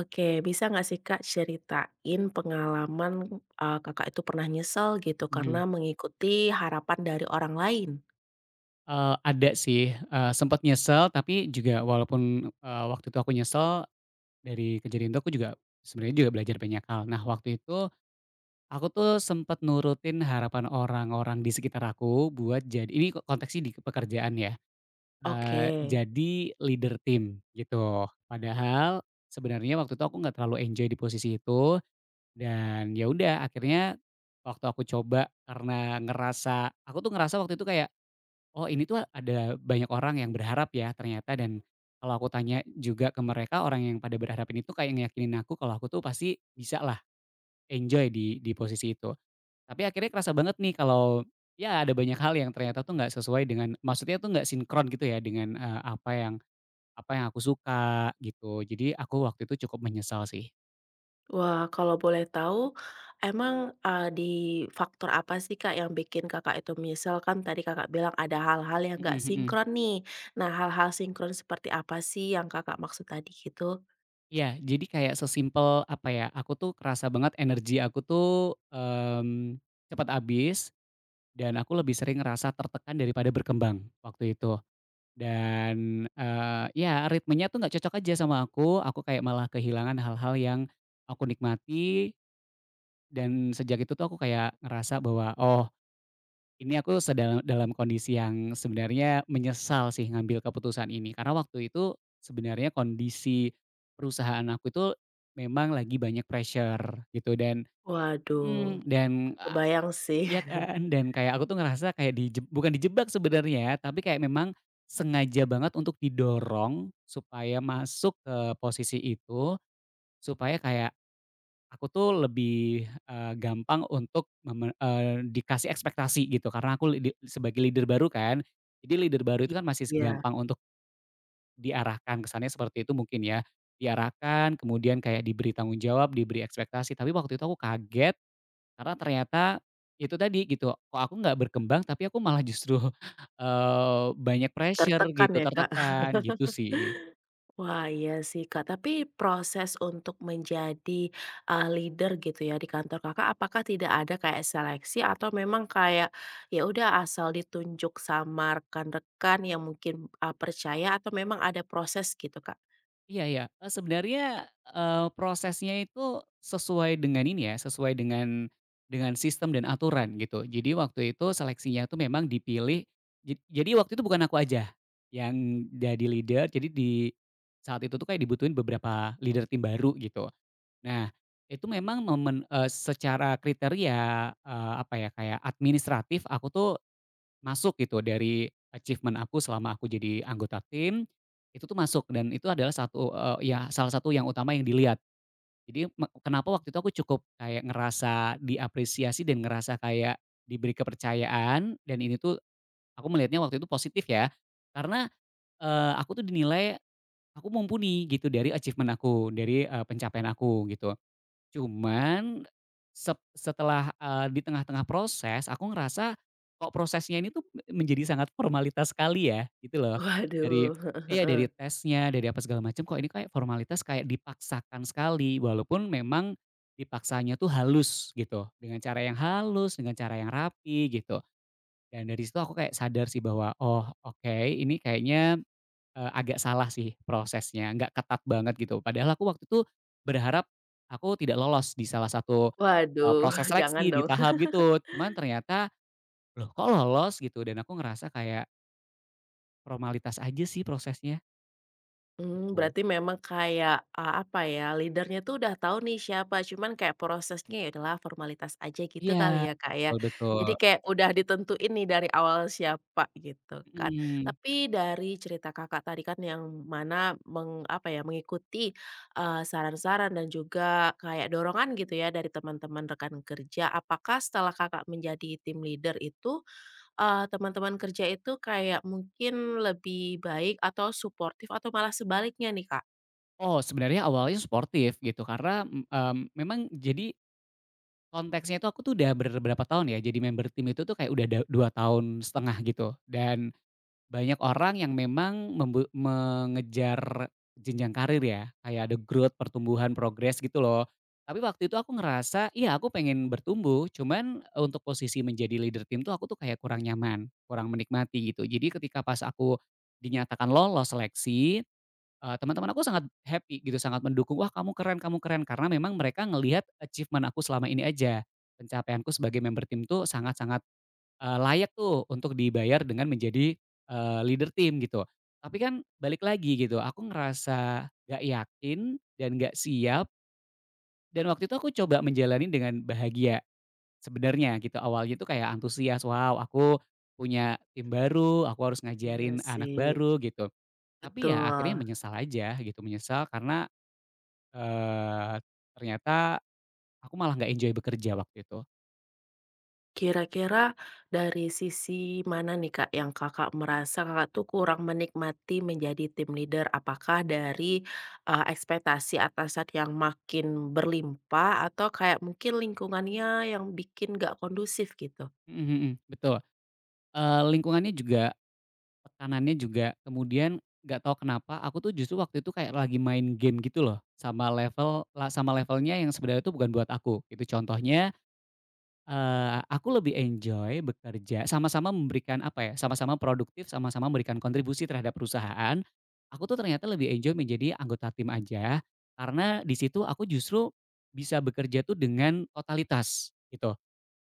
Oke, bisa nggak sih Kak ceritain pengalaman, Kakak itu pernah nyesel gitu karena Mhm, mengikuti harapan dari orang lain? Ada sih, sempet nyesel tapi juga walaupun, waktu itu aku nyesel dari kejadian itu aku juga sebenarnya juga belajar banyak hal. Nah waktu itu aku tuh sempat nurutin harapan orang-orang di sekitar aku buat jadi ini konteksnya di pekerjaan ya, Oke. Jadi leader tim gitu. Padahal sebenarnya waktu itu aku nggak terlalu enjoy di posisi itu dan ya udah akhirnya waktu aku coba karena ngerasa aku tuh ngerasa waktu itu kayak oh ini tuh ada banyak orang yang berharap ya ternyata dan kalau aku tanya juga ke mereka, orang yang pada berharap ini tuh kayak ngeyakinin aku kalau aku tuh pasti bisa lah enjoy di posisi itu. Tapi akhirnya kerasa banget nih kalau ya ada banyak hal yang ternyata tuh nggak sesuai dengan maksudnya tuh nggak sinkron gitu ya dengan, apa yang aku suka gitu. Jadi aku waktu itu cukup menyesal sih. Wah, kalau boleh tahu emang, di faktor apa sih Kak yang bikin Kakak itu menyesal? Kan tadi Kakak bilang ada hal-hal yang nggak Mhm mhm. sinkron nih. Nah, hal-hal sinkron seperti apa sih yang Kakak maksud tadi gitu? Iya, jadi kayak sesimpel apa ya, aku tuh kerasa banget energi aku tuh, cepat habis. Dan aku lebih sering ngerasa tertekan daripada berkembang waktu itu. Dan, ya ritmenya tuh nggak cocok aja sama aku kayak malah kehilangan hal-hal yang aku nikmati dan sejak itu tuh aku kayak ngerasa bahwa, oh ini aku sedang dalam kondisi yang sebenarnya menyesal sih ngambil keputusan ini. Karena waktu itu sebenarnya kondisi perusahaan aku itu memang lagi banyak pressure gitu dan, Waduh, dan kebayang sih. iya kan, dan kayak aku tuh ngerasa kayak di, bukan dijebak sebenarnya, tapi kayak memang sengaja banget untuk didorong supaya masuk ke posisi itu, supaya kayak aku tuh lebih, gampang untuk dikasih ekspektasi gitu karena aku lidi sebagai leader baru kan. Jadi leader baru itu kan masih Iya, gampang untuk diarahkan, kesannya seperti itu mungkin ya. Diarahkan, kemudian kayak diberi tanggung jawab, diberi ekspektasi, tapi waktu itu aku kaget karena ternyata itu tadi gitu, kok aku nggak berkembang tapi aku malah justru, banyak pressure tertekan gitu, ya Kak? tertekan gitu sih. Wah, iya sih, Kak. Tapi proses untuk menjadi, leader gitu ya di kantor Kakak, apakah tidak ada kayak seleksi atau memang kayak, ya udah asal ditunjuk sama rekan-rekan yang mungkin, percaya atau memang ada proses gitu, Kak? Iya ya, sebenarnya, prosesnya itu sesuai dengan ini ya, sesuai dengan sistem dan aturan gitu. Jadi waktu itu seleksinya tuh memang dipilih, jadi waktu itu bukan aku aja yang jadi leader, jadi di saat itu tuh kayak dibutuhin beberapa leader tim baru gitu. Nah, itu memang momen secara kriteria, apa ya, kayak administratif aku tuh masuk gitu dari achievement aku selama aku jadi anggota tim, itu tuh masuk dan itu adalah satu, ya salah satu yang utama yang dilihat. Jadi kenapa waktu itu aku cukup kayak ngerasa diapresiasi dan ngerasa kayak diberi kepercayaan dan ini tuh aku melihatnya waktu itu positif ya, karena, aku tuh dinilai aku mumpuni gitu dari achievement aku, dari, pencapaian aku gitu. Cuman setelah, di tengah-tengah proses aku ngerasa kok prosesnya ini tuh menjadi sangat formalitas sekali ya, gitu loh. Dari Waduh. iya, dari tesnya, dari apa segala macam, kok ini kayak formalitas kayak dipaksakan sekali, walaupun memang dipaksanya tuh halus gitu, dengan cara yang halus, dengan cara yang rapi gitu. Dan dari situ aku kayak sadar sih bahwa, oh oke ini kayaknya agak salah sih prosesnya, nggak ketat banget gitu. Padahal aku waktu itu berharap aku tidak lolos di salah satu, Waduh, proses jangan seleksi di dong. tahap gitu. Cuman ternyata, loh kok lolos gitu dan aku ngerasa kayak formalitas aja sih prosesnya gitu. Berarti memang kayak, apa ya, leader-nya tuh udah tahu nih siapa, cuman kayak prosesnya ya udahlah formalitas aja Iya, gitu kali ya, Kak, ya. betul betul, Jadi kayak udah ditentuin nih dari awal siapa gitu kan. mhm. Tapi dari cerita Kakak tadi kan yang mana mengikuti, saran-saran dan juga kayak dorongan gitu ya dari teman-teman rekan kerja. Apakah setelah Kakak menjadi tim leader itu, teman-teman kerja itu kayak mungkin lebih baik atau suportif atau malah sebaliknya nih, Kak? Oh, sebenarnya awalnya sportif gitu karena, memang jadi konteksnya itu aku tuh udah berberapa tahun ya jadi member tim itu tuh kayak udah 2 tahun setengah gitu. Dan banyak orang yang memang mengejar jenjang karir ya, kayak ada growth, pertumbuhan, progres gitu loh. Tapi waktu itu aku ngerasa, iya aku pengen bertumbuh, cuman eh, untuk posisi menjadi leader tim tuh aku tuh kayak kurang nyaman, kurang menikmati gitu. Jadi ketika pas aku dinyatakan lolos seleksi, teman-teman aku sangat happy gitu, sangat mendukung, "Wah kamu keren kamu keren." Karena memang mereka ngelihat achievement aku selama ini aja, pencapaianku sebagai member tim tuh sangat sangat layak tuh untuk dibayar dengan menjadi, leader tim gitu. Tapi kan balik lagi gitu, aku ngerasa gak yakin dan gak siap dan waktu itu aku coba menjalani dengan bahagia sebenarnya gitu. Awalnya tuh kayak antusias, "Wow aku punya tim baru, aku harus Iya ngajarin anak sih, baru," gitu. Tapi ya akhirnya betul. menyesal aja gitu, menyesal karena, eee, ternyata aku malah nggak enjoy bekerja waktu itu. Kira-kira dari sisi mana nih, Kak, yang Kakak merasa Kakak tuh kurang menikmati menjadi tim leader? Apakah dari, ekspektasi atasan yang makin berlimpah atau kayak mungkin lingkungannya yang bikin nggak kondusif gitu? Mhm mhm, betul. Lingkungannya juga tekanannya juga, kemudian nggak tahu kenapa aku tuh justru waktu itu kayak lagi main game gitu loh, sama levelnya yang sebenarnya itu bukan buat aku, gitu. Contohnya, aku lebih enjoy bekerja sama-sama memberikan apa ya, sama-sama produktif, sama-sama memberikan kontribusi terhadap perusahaan. Aku tuh ternyata lebih enjoy menjadi anggota tim aja, karena di situ aku justru bisa bekerja tuh dengan totalitas, gitu.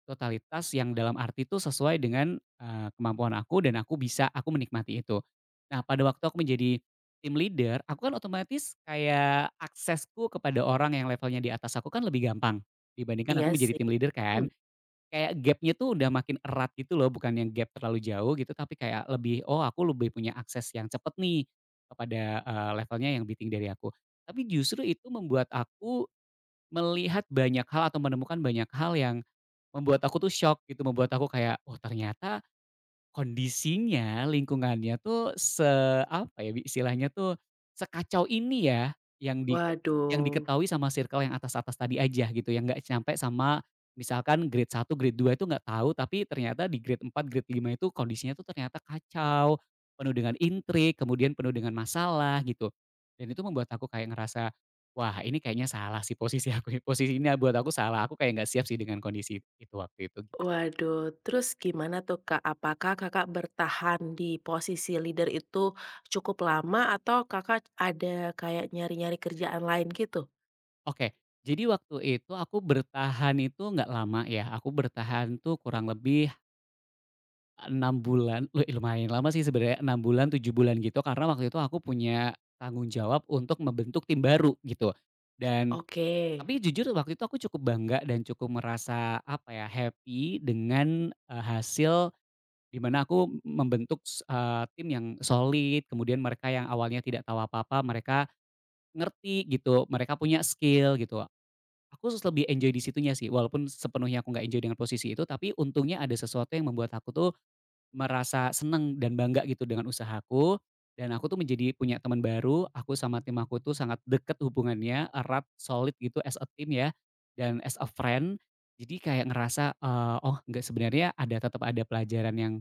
Totalitas yang dalam arti itu sesuai dengan, kemampuan aku dan aku menikmati itu. Nah pada waktu aku menjadi tim leader, aku kan otomatis kayak aksesku kepada orang yang levelnya di atas aku kan lebih gampang, dibandingkan Iya aku menjadi sih. tim leader Mhm. kan. Kayak gapnya tuh udah makin erat gitu loh, bukan yang gap terlalu jauh gitu, tapi kayak lebih, oh aku lebih punya akses yang cepet nih, kepada, levelnya yang beating dari aku. Tapi justru itu membuat aku melihat banyak hal atau menemukan banyak hal yang membuat aku tuh shock gitu, membuat aku kayak, "Oh ternyata, kondisinya, lingkungannya tuh apa ya, istilahnya tuh sekacau ini ya, yang di yang Waduh. diketahui sama circle yang atas-atas tadi aja gitu, yang nggak sampai sama misalkan grade satu grade 2 itu nggak tahu, tapi ternyata di grade 4 grade 5 itu kondisinya tuh ternyata kacau, penuh dengan intrik, kemudian penuh dengan masalah gitu." Dan itu membuat aku kayak ngerasa, "Wah ini kayaknya salah sih posisi aku, posisi ini buat aku salah, aku kayak nggak siap sih dengan kondisi itu waktu itu." Waduh, terus gimana tuh, Kak? Apakah Kakak bertahan di posisi leader itu cukup lama atau Kakak ada kayak nyari-nyari kerjaan lain gitu? Oke, jadi waktu itu aku bertahan itu nggak lama ya, aku bertahan tuh kurang lebih 6 bulan, lumayan lama sih sebenarnya 6 bulan, 7 bulan gitu karena waktu itu aku punya tanggung jawab untuk membentuk tim baru gitu. Dan Oke. tapi jujur waktu itu aku cukup bangga dan cukup merasa apa ya, happy dengan, hasil di mana aku membentuk tim yang solid, kemudian mereka yang awalnya tidak tahu apa-apa mereka ngerti gitu, mereka punya skill gitu. Aku lebih enjoy di situnya sih, walaupun sepenuhnya aku nggak enjoy dengan posisi itu, tapi untungnya ada sesuatu yang membuat aku tuh merasa seneng dan bangga gitu dengan usahaku, dan aku tuh menjadi punya teman baru, aku sama tim aku tuh sangat deket hubungannya, erat, solid gitu as a team ya, dan as a friend. Jadi kayak ngerasa, oh nggak sebenarnya ada tetap ada pelajaran yang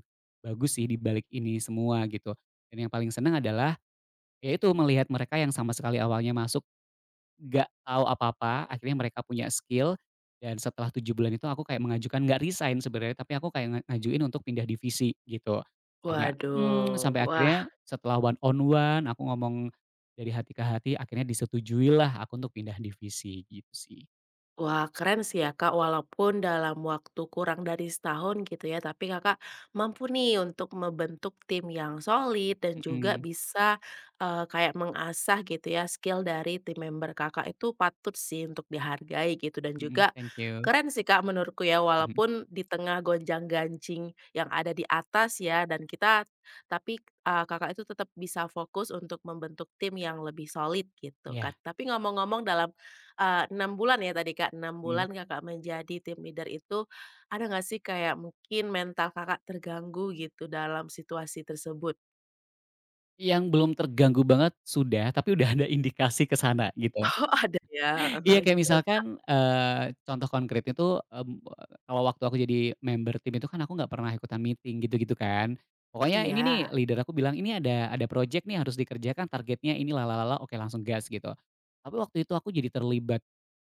bagus sih di balik ini semua gitu. Dan yang paling seneng adalah, ya itu melihat mereka yang sama sekali awalnya masuk nggak tahu apa-apa, akhirnya mereka punya skill, dan setelah 7 bulan itu aku kayak mengajukan nggak resign sebenarnya, tapi aku kayak ngajuin untuk pindah divisi gitu. Sampai mhm, Waduh. sampai wah, akhirnya setelah one on one, aku ngomong dari hati ke hati, akhirnya disetujui lah aku untuk pindah divisi gitu sih. wah, keren sih ya Kak, walaupun dalam waktu kurang dari setahun gitu ya, tapi Kakak mampu nih untuk membentuk tim yang solid dan juga Mhm bisa, kayak mengasah gitu ya skill dari tim member Kakak itu patut sih untuk dihargai gitu dan mhm, juga thank you. keren sih Kak menurutku ya, Mhm, walaupun di tengah gonjang-ganjing yang ada di atas ya dan kita tapi, Kakak itu tetap bisa fokus untuk membentuk tim yang lebih solid gitu iya, kan. Tapi ngomong-ngomong dalam 6 bulan ya tadi Kak, enam mhm. bulan Kakak menjadi tim leader itu, ada nggak sih kayak mungkin mental Kakak terganggu gitu dalam situasi tersebut? Yang belum terganggu banget sudah, tapi udah ada indikasi ke sana gitu. Oh ada ya, heeh Iya, heeh, kayak gimana tuh Kak? misalkan, contoh konkretnya tuh, kalau waktu aku jadi member tim itu kan aku nggak pernah ikutan meeting gitu-gitu kan. Pokoknya ini nih Iya. leader aku bilang, "Ini ada project nih harus dikerjakan targetnya ini la la la la," oke langsung gas gitu. Tapi waktu itu aku jadi terlibat,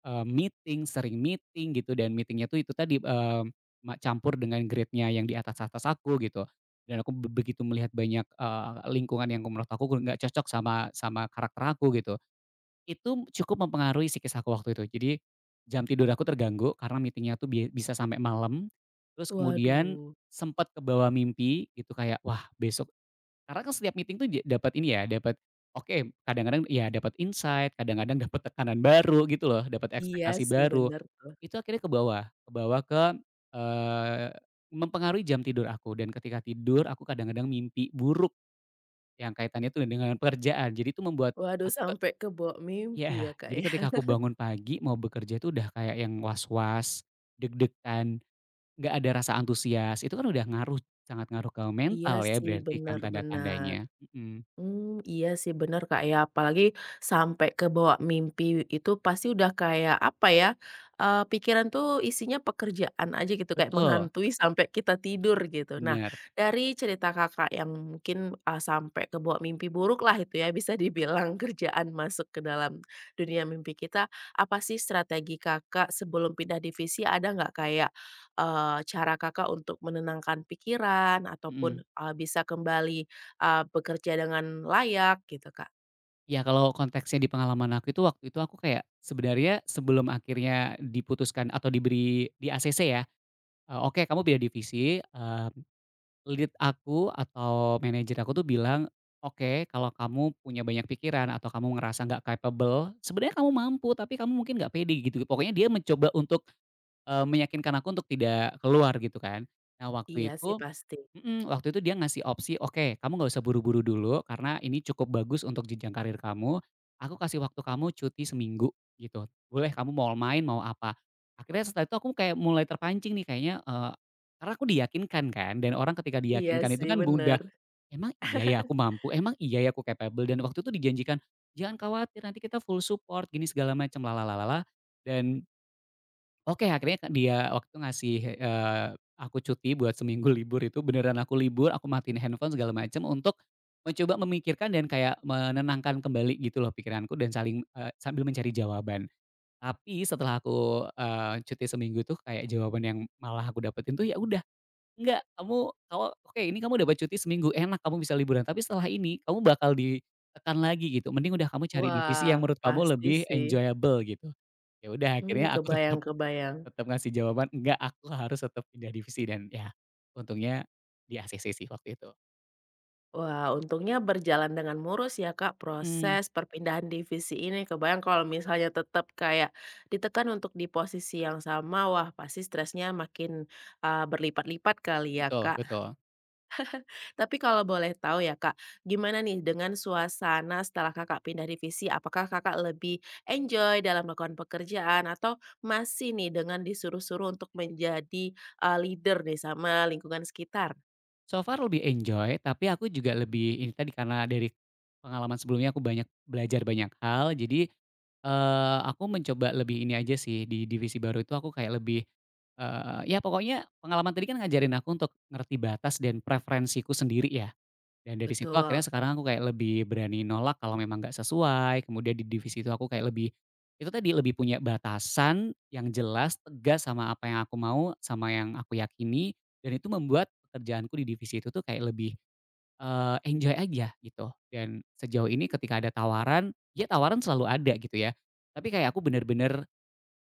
meeting, sering meeting gitu dan meeting-nya tuh itu tadi, campur dengan grade-nya yang di atas atas aku gitu. Dan aku begitu melihat banyak, lingkungan yang menurut aku nggak cocok sama sama karakter aku gitu. Itu cukup mempengaruhi psikis aku waktu itu. Jadi, jam tidur aku terganggu karena meetingnya tuh bisa sampai malam, terus kemudian Waduh. sempat ke bawah mimpi gitu kayak, "Wah besok," karena kan setiap meeting tuh dapat ini ya, dapat oke, kadang-kadang ya dapat insight, kadang-kadang dapat tekanan baru gitu loh, dapat Iya ekspektasi sih baru. bener tuh. Itu akhirnya ke, bawah eee, mempengaruhi jam tidur aku dan ketika tidur aku kadang-kadang mimpi buruk yang kaitannya tuh dengan pekerjaan. Jadi itu membuat Waduh aku, sampai ke bawah mimpi iya, ya Kak jadi ya. ketika aku bangun pagi mau bekerja itu udah kayak yang was-was, deg-degan, nggak ada rasa antusias, itu kan udah ngaruh, sangat ngaruh ke Iya mental ya sih, berarti bener kan bener. tanda-tandanya, mhm, Iya sih bener Kak ya, apalagi sampai kebawa mimpi itu pasti udah kayak apa ya, pikiran tuh isinya pekerjaan aja gitu kayak betul, menghantui sampai kita tidur gitu. Nah, bener, dari cerita Kakak yang mungkin, sampai kebawa mimpi buruk lah itu ya bisa dibilang kerjaan masuk ke dalam dunia mimpi kita, apa sih strategi Kakak sebelum pindah divisi ada nggak kayak, cara Kakak untuk menenangkan pikiran ataupun, mhm. Bisa kembali bekerja dengan layak gitu, Kak. Ya kalau konteksnya di pengalaman aku itu waktu itu aku kayak sebenarnya sebelum akhirnya diputuskan atau diberi di-ACC ya, "Oke kamu pindah divisi," eee lead aku atau manajer aku tuh bilang, "Oke, kalau kamu punya banyak pikiran atau kamu ngerasa nggak capable, sebenarnya kamu mampu tapi kamu mungkin nggak pede," gitu. Pokoknya dia mencoba untuk, meyakinkan aku untuk tidak keluar gitu kan. Nah Iya waktu sih itu, pasti. Mhm, waktu itu dia ngasih opsi, "Oke, kamu nggak usah buru-buru dulu karena ini cukup bagus untuk jenjang karir kamu. Aku kasih waktu kamu cuti seminggu," gitu. "Boleh kamu mau main, mau apa." Akhirnya setelah itu aku kayak mulai terpancing nih kayaknya, karena aku diyakinkan kan dan orang ketika Iya diyakinkan itu sih kan mudah, bener. "Emang iya ya aku mampu? Emang iya ya aku capable?" Dan waktu itu dijanjikan, "Jangan khawatir nanti kita full support," gini segala macam, la la dan oke, akhirnya kan dia waktu itu ngasih, aku cuti buat seminggu libur itu beneran aku libur, aku matiin handphone segala macem untuk mencoba memikirkan dan kayak menenangkan kembali gitu loh pikiranku dan saling, sambil mencari jawaban. Tapi setelah aku, cuti seminggu tuh kayak jawaban yang malah aku dapetin tuh, "Ya udah, enggak, kamu kamu oke, ini kamu dapat cuti seminggu, enak kamu bisa liburan, tapi setelah ini kamu bakal ditekan lagi gitu, mending udah kamu cari divisi Wah, yang menurut kamu pasti lebih sih. enjoyable," gitu. Ya udah akhirnya aku tetep Kebayang kebayang. Tetap ngasih jawaban, "Enggak, aku harus tetap pindah divisi," dan ya untungnya di-ACC sih waktu itu. Wah, untungnya berjalan dengan mulus ya, Kak, Mhm. proses perpindahan divisi ini. Kebayang kalau misalnya tetap kayak ditekan untuk di posisi yang sama, wah pasti stresnya makin, berlipat-lipat kali ya, Betul Kak. betul. Tapi kalau boleh tahu ya Kak, gimana nih dengan suasana setelah Kakak pindah divisi? Apakah Kakak lebih enjoy dalam melakukan pekerjaan atau masih nih dengan disuruh-suruh untuk menjadi, leader nih sama lingkungan sekitar? So far lebih enjoy, tapi aku juga lebih ini tadi karena dari pengalaman sebelumnya aku banyak belajar banyak hal, jadi, aku mencoba lebih ini aja sih di divisi baru itu aku kayak lebih, ya pokoknya pengalaman tadi kan ngajarin aku untuk ngerti batas dan preferensiku sendiri ya. Dan dari situ akhirnya Betul. sekarang aku kayak lebih berani nolak kalau memang nggak sesuai, kemudian di divisi itu aku kayak lebih, itu tadi lebih punya batasan yang jelas, tegas sama apa yang aku mau, sama yang aku yakini, dan itu membuat pekerjaanku di divisi itu tuh kayak lebih, enjoy aja gitu. Dan sejauh ini ketika ada tawaran, ya tawaran selalu ada gitu ya, tapi kayak aku bener-bener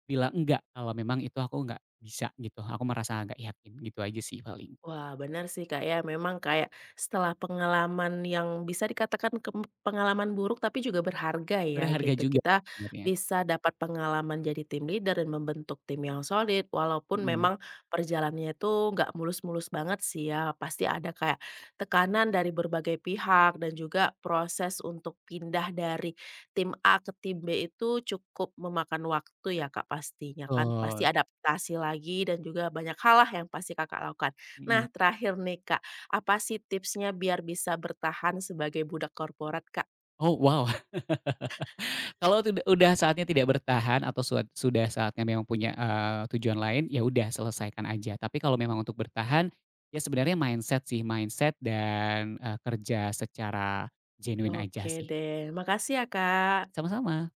bilang enggak kalau memang itu aku nggak bisa gitu, aku merasa nggak yakin, gitu aja sih paling. Wah, benar sih, Kak, ya. Memang kayak setelah pengalaman yang bisa dikatakan pengalaman buruk tapi juga berharga ya Berharga gitu. juga Kita sebenarnya. bisa dapat pengalaman jadi tim leader dan membentuk tim yang solid walaupun Mhm, memang perjalanannya itu nggak mulus-mulus banget sih ya. Pasti ada kayak tekanan dari berbagai pihak dan juga proses untuk pindah dari tim A ke tim B itu cukup memakan waktu ya, Kak, pastinya kan. Pasti betul, adaptasi lagi dan juga banyak hal lah yang pasti Kakak lakukan. mhm. Nah, terakhir nih, Kak, apa sih tipsnya biar bisa bertahan sebagai budak korporat, Kak? Oh wow. Kalau udah saatnya tidak bertahan atau sudah saatnya memang punya, tujuan lain, ya udah selesaikan aja. Tapi kalau memang untuk bertahan, ya sebenarnya mindset sih, mindset dan, kerja secara genuine aja Oke sih. deh, makasih ya, Kak. Sama-sama.